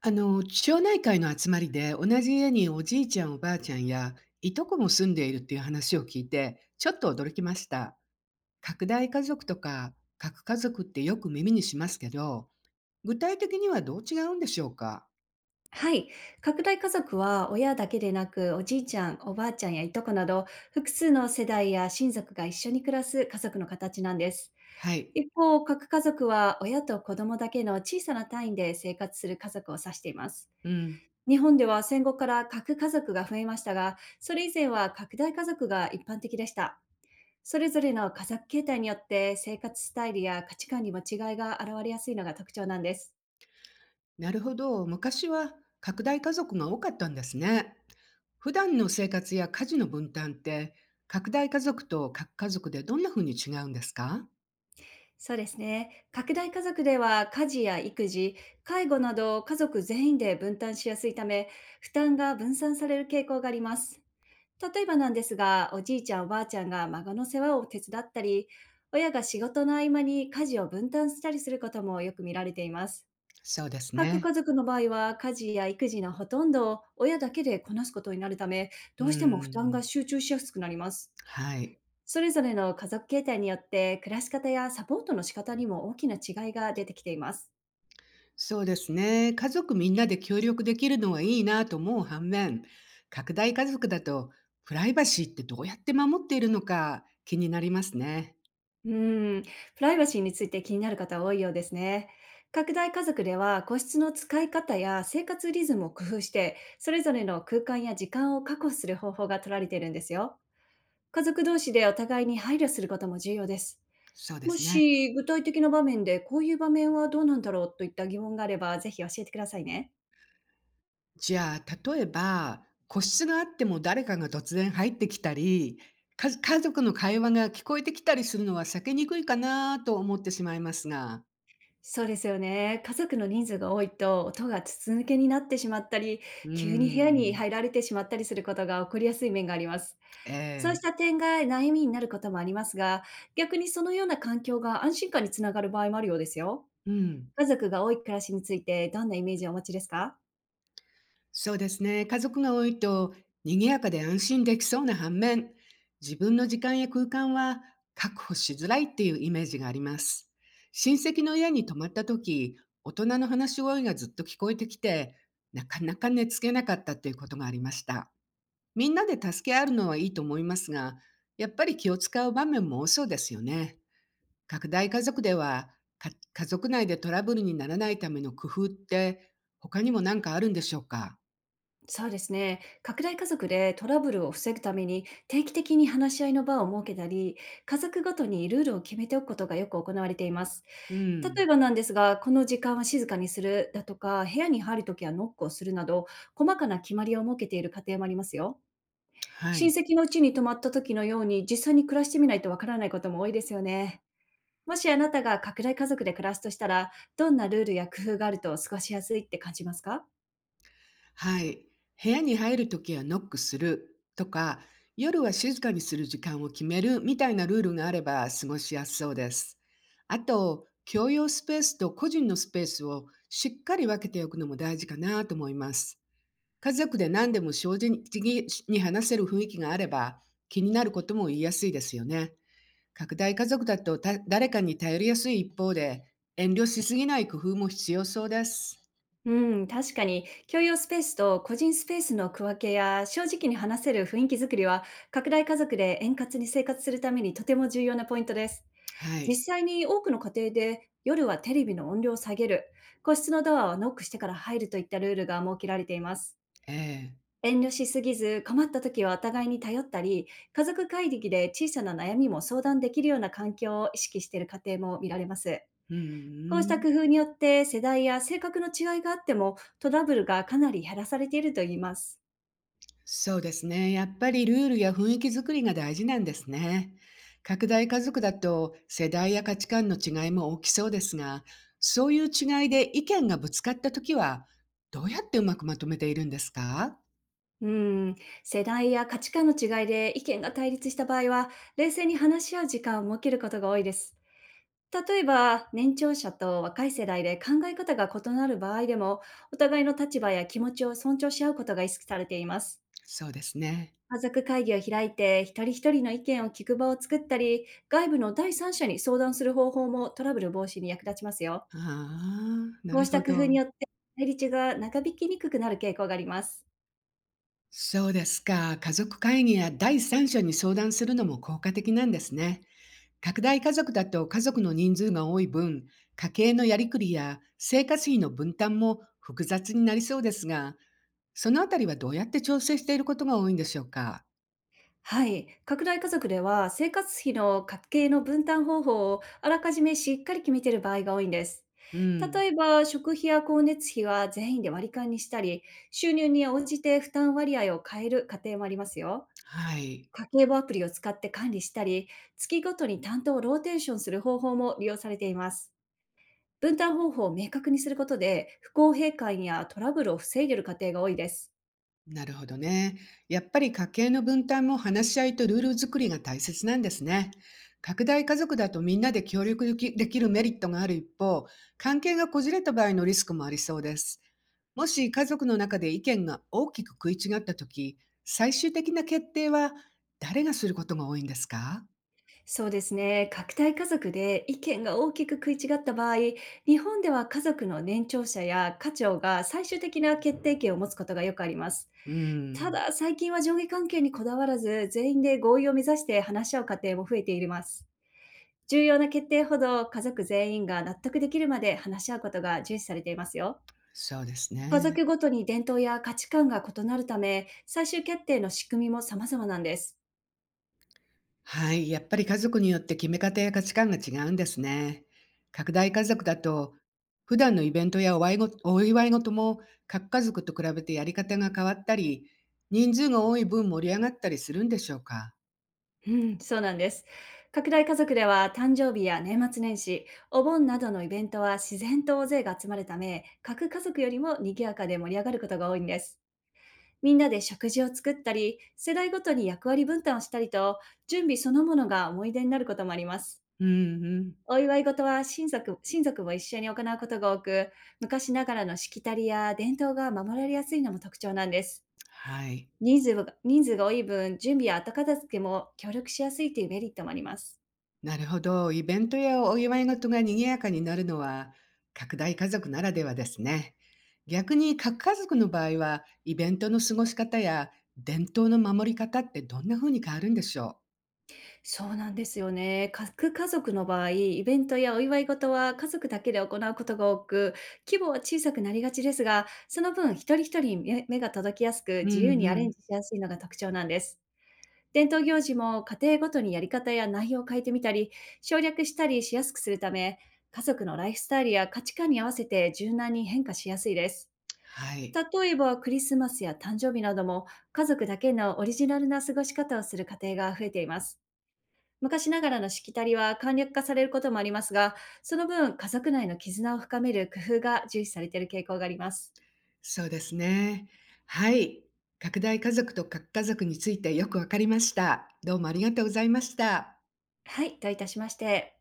町内会の集まりで、同じ家におじいちゃんおばあちゃんや、いとこも住んでいるっていう話を聞いて、ちょっと驚きました。拡大家族とか、核家族ってよく耳にしますけど、具体的にはどう違うんでしょうか？はい。拡大家族は親だけでなく、おじいちゃん、おばあちゃんやいとこなど、複数の世代や親族が一緒に暮らす家族の形なんです。はい。一方、核家族は親と子供だけの小さな単位で生活する家族を指しています。うん。日本では戦後から核家族が増えましたが、それ以前は拡大家族が一般的でした。それぞれの家族形態によって生活スタイルや価値観にも違いが現れやすいのが特徴なんです。なるほど。昔は拡大家族が多かったんですね。普段の生活や家事の分担って、拡大家族と核家族でどんな風に違うんですか？そうですね。拡大家族では家事や育児、介護など家族全員で分担しやすいため、負担が分散される傾向があります。例えばなんですが、おじいちゃんおばあちゃんが孫の世話を手伝ったり、親が仕事の合間に家事を分担したりすることもよく見られています。そうです各ね。家族の場合は家事や育児のほとんどを親だけでこなすことになるため、うどうしても負担ん。が集中しやすくなります。はい。それぞれの家族形態によって暮らし方やサポートの仕方にも大きな違いが出てきています。そうですね。家族みんなで協力できるのはいいなと思う反面、拡大家族だとプライバシーってどうやって守っているのか気になりますね。うーん、プライバシーについて気になる方多いようですね。拡大家族では個室の使い方や生活リズムを工夫して、それぞれの空間や時間を確保する方法が取られているんですよ。家族同士でお互いに配慮することも重要です。そうでもすね。し具体的な場面でこういう場面はどうなんだろうといった疑問があれば、ぜひ教えてくださいね。じゃあ、例えば、個室があっても誰かが突然入ってきたり、か家族の会話が聞こえてきたりするのは避けにくいかなと思ってしまいますが。そうですよね。家族の人数が多いと、音が筒抜けになってしまったり、うー急に部屋にん。入られてしまったりすることが起こりやすい面があります。えそうえ。した点が悩みになることもありますが、逆にそのような環境が安心感につながる場合もあるようですよ。うん。家族が多い暮らしについてどんなイメージをお持ちですか？そうですね。家族が多いと賑やかで安心できそうな反面、自分の時間や空間は確保しづらいっていうイメージがあります。親戚の家に泊まった時、大人の話し声がずっと聞こえてきて、なかなか寝つけなかったっていうことがありました。みんなで助け合うのはいいと思いますが、やっぱり気を使う場面も多そうですよね。拡大家族では、か家族内でトラブルにならないための工夫って他にも何かあるんでしょうか？そうですね。拡大家族でトラブルを防ぐために定期的に話し合いの場を設けたり、家族ごとにルールを決めておくことがよく行われています。う例えん。ばなんですが、この時間は静かにするだとか、部屋に入るときはノックをするなど、細かな決まりを設けている家庭もありますよ。は親い。戚のうちに泊まった時のように、実際に暮らしてみないとわからないことも多いですよね。もしあなたが拡大家族で暮らすとしたら、どんなルールや工夫があると過ごしやすいって感じますか？はい。部屋に入るときはノックするとか、夜は静かにする時間を決めるみたいなルールがあれば過ごしやすそうです。あと、共用スペースと個人のスペースをしっかり分けておくのも大事かなと思います。家族で何でも正直に話せる雰囲気があれば、気になることも言いやすいですよね。拡大家族だとた誰かに頼りやすい一方で、遠慮しすぎない工夫も必要そうです。うん、確かに、共用スペースと個人スペースの区分けや、正直に話せる雰囲気づくりは、拡大家族で円滑に生活するためにとても重要なポイントです。は実い。際に多くの家庭で、夜はテレビの音量を下げる、個室のドアをノックしてから入るといったルールが設けられています。ええ。遠慮しすぎず、困った時はお互いに頼ったり、家族会議で小さな悩みも相談できるような環境を意識している家庭も見られます。うこうしん。たん、工夫によって、世代や性格の違いがあってもトラブルがかなり減らされているといいます。そうですね。やっぱりルールや雰囲気作りが大事なんですね。拡大家族だと世代や価値観の違いも大きそうですが、そういう違いで意見がぶつかったときは、どうやってうまくまとめているんですか？うん、世代や価値観の違いで意見が対立した場合は、冷静に話し合う時間を設けることが多いです。例えば、年長者と若い世代で考え方が異なる場合でも、お互いの立場や気持ちを尊重し合うことが意識されています。そうですね。家族会議を開いて一人一人の意見を聞く場を作ったり、外部の第三者に相談する方法もトラブル防止に役立ちますよ。ああ、なこうるしほた工夫にど。よって、対立が長引きにくくなる傾向があります。そうですか。家族会議や第三者に相談するのも効果的なんですね。拡大家族だと家族の人数が多い分、家計のやりくりや生活費の分担も複雑になりそうですが、そのあたりはどうやって調整していることが多いんでしょうか？はい。拡大家族では、生活費の家計の分担方法をあらかじめしっかり決めている場合が多いんです。うん。例えば、食費や光熱費は全員で割り勘にしたり、収入に応じて負担割合を変える家庭もありますよ。はい。家計簿アプリを使って管理したり、月ごとに担当をローテーションする方法も利用されています。分担方法を明確にすることで、不公平感やトラブルを防いでいる家庭が多いです。なるほどね。やっぱり家計の分担も話し合いとルール作りが大切なんですね。拡大家族だとみんなで協力できるメリットがある一方、関係がこじれた場合のリスクもありそうです。もし家族の中で意見が大きく食い違ったとき、最終的な決定は誰がすることが多いんですか？そうですね。拡大家族で意見が大きく食い違った場合、日本では家族の年長者や家長が最終的な決定権を持つことがよくあります。うーたん、だ、最近は上下関係にこだわらず、全員で合意を目指して話し合う家庭も増えています。重要な決定ほど家族全員が納得できるまで話し合うことが重視されていますよ。そうです家ね。族ごとに伝統や価値観が異なるため、最終決定の仕組みも様々なんです。はい、やっぱり家族によって決め方や価値観が違うんですね。拡大家族だと、普段のイベントやお祝い事も各家族と比べてやり方が変わったり、人数が多い分盛り上がったりするんでしょうか？うん、そうなんです。拡大家族では誕生日や年末年始、お盆などのイベントは自然と大勢が集まるため、各家族よりも賑やかで盛り上がることが多いんです。みんなで食事を作ったり、世代ごとに役割分担をしたりと、準備そのものが思い出になることもあります。うんうん。お祝い事は親族も一緒に行うことが多く、昔ながらのしきたりや伝統が守られやすいのも特徴なんです。はい。人数が多い分、準備や後片付けも協力しやすいというメリットもあります。なるほど。イベントやお祝い事が賑やかになるのは、拡大家族ならではですね。逆に、核家族の場合は、イベントの過ごし方や伝統の守り方ってどんな風に変わるんでしょそうなんですよね。核家族の場合、イベントやお祝い事は家族だけで行うことが多く、規模は小さくなりがちですが、その分一人一人に目が届きやすく、う？う自由んにアうレンん。ジしやすいのが特徴なんです。伝統行事も家庭ごとにやり方や内容を変えてみたり、省略したりしやすくするため、家族のライフスタイルや価値観に合わせて柔軟に変化しやすいです。はい。例えばクリスマスや誕生日なども家族だけのオリジナルな過ごし方をする家庭が増えています。昔ながらのしきたりは簡略化されることもありますが、その分、家族内の絆を深める工夫が重視されている傾向があります。そうですね。はい。拡大家族と核家族についてよくわかりました。どうもありがとうございました。はい、どういたしまして。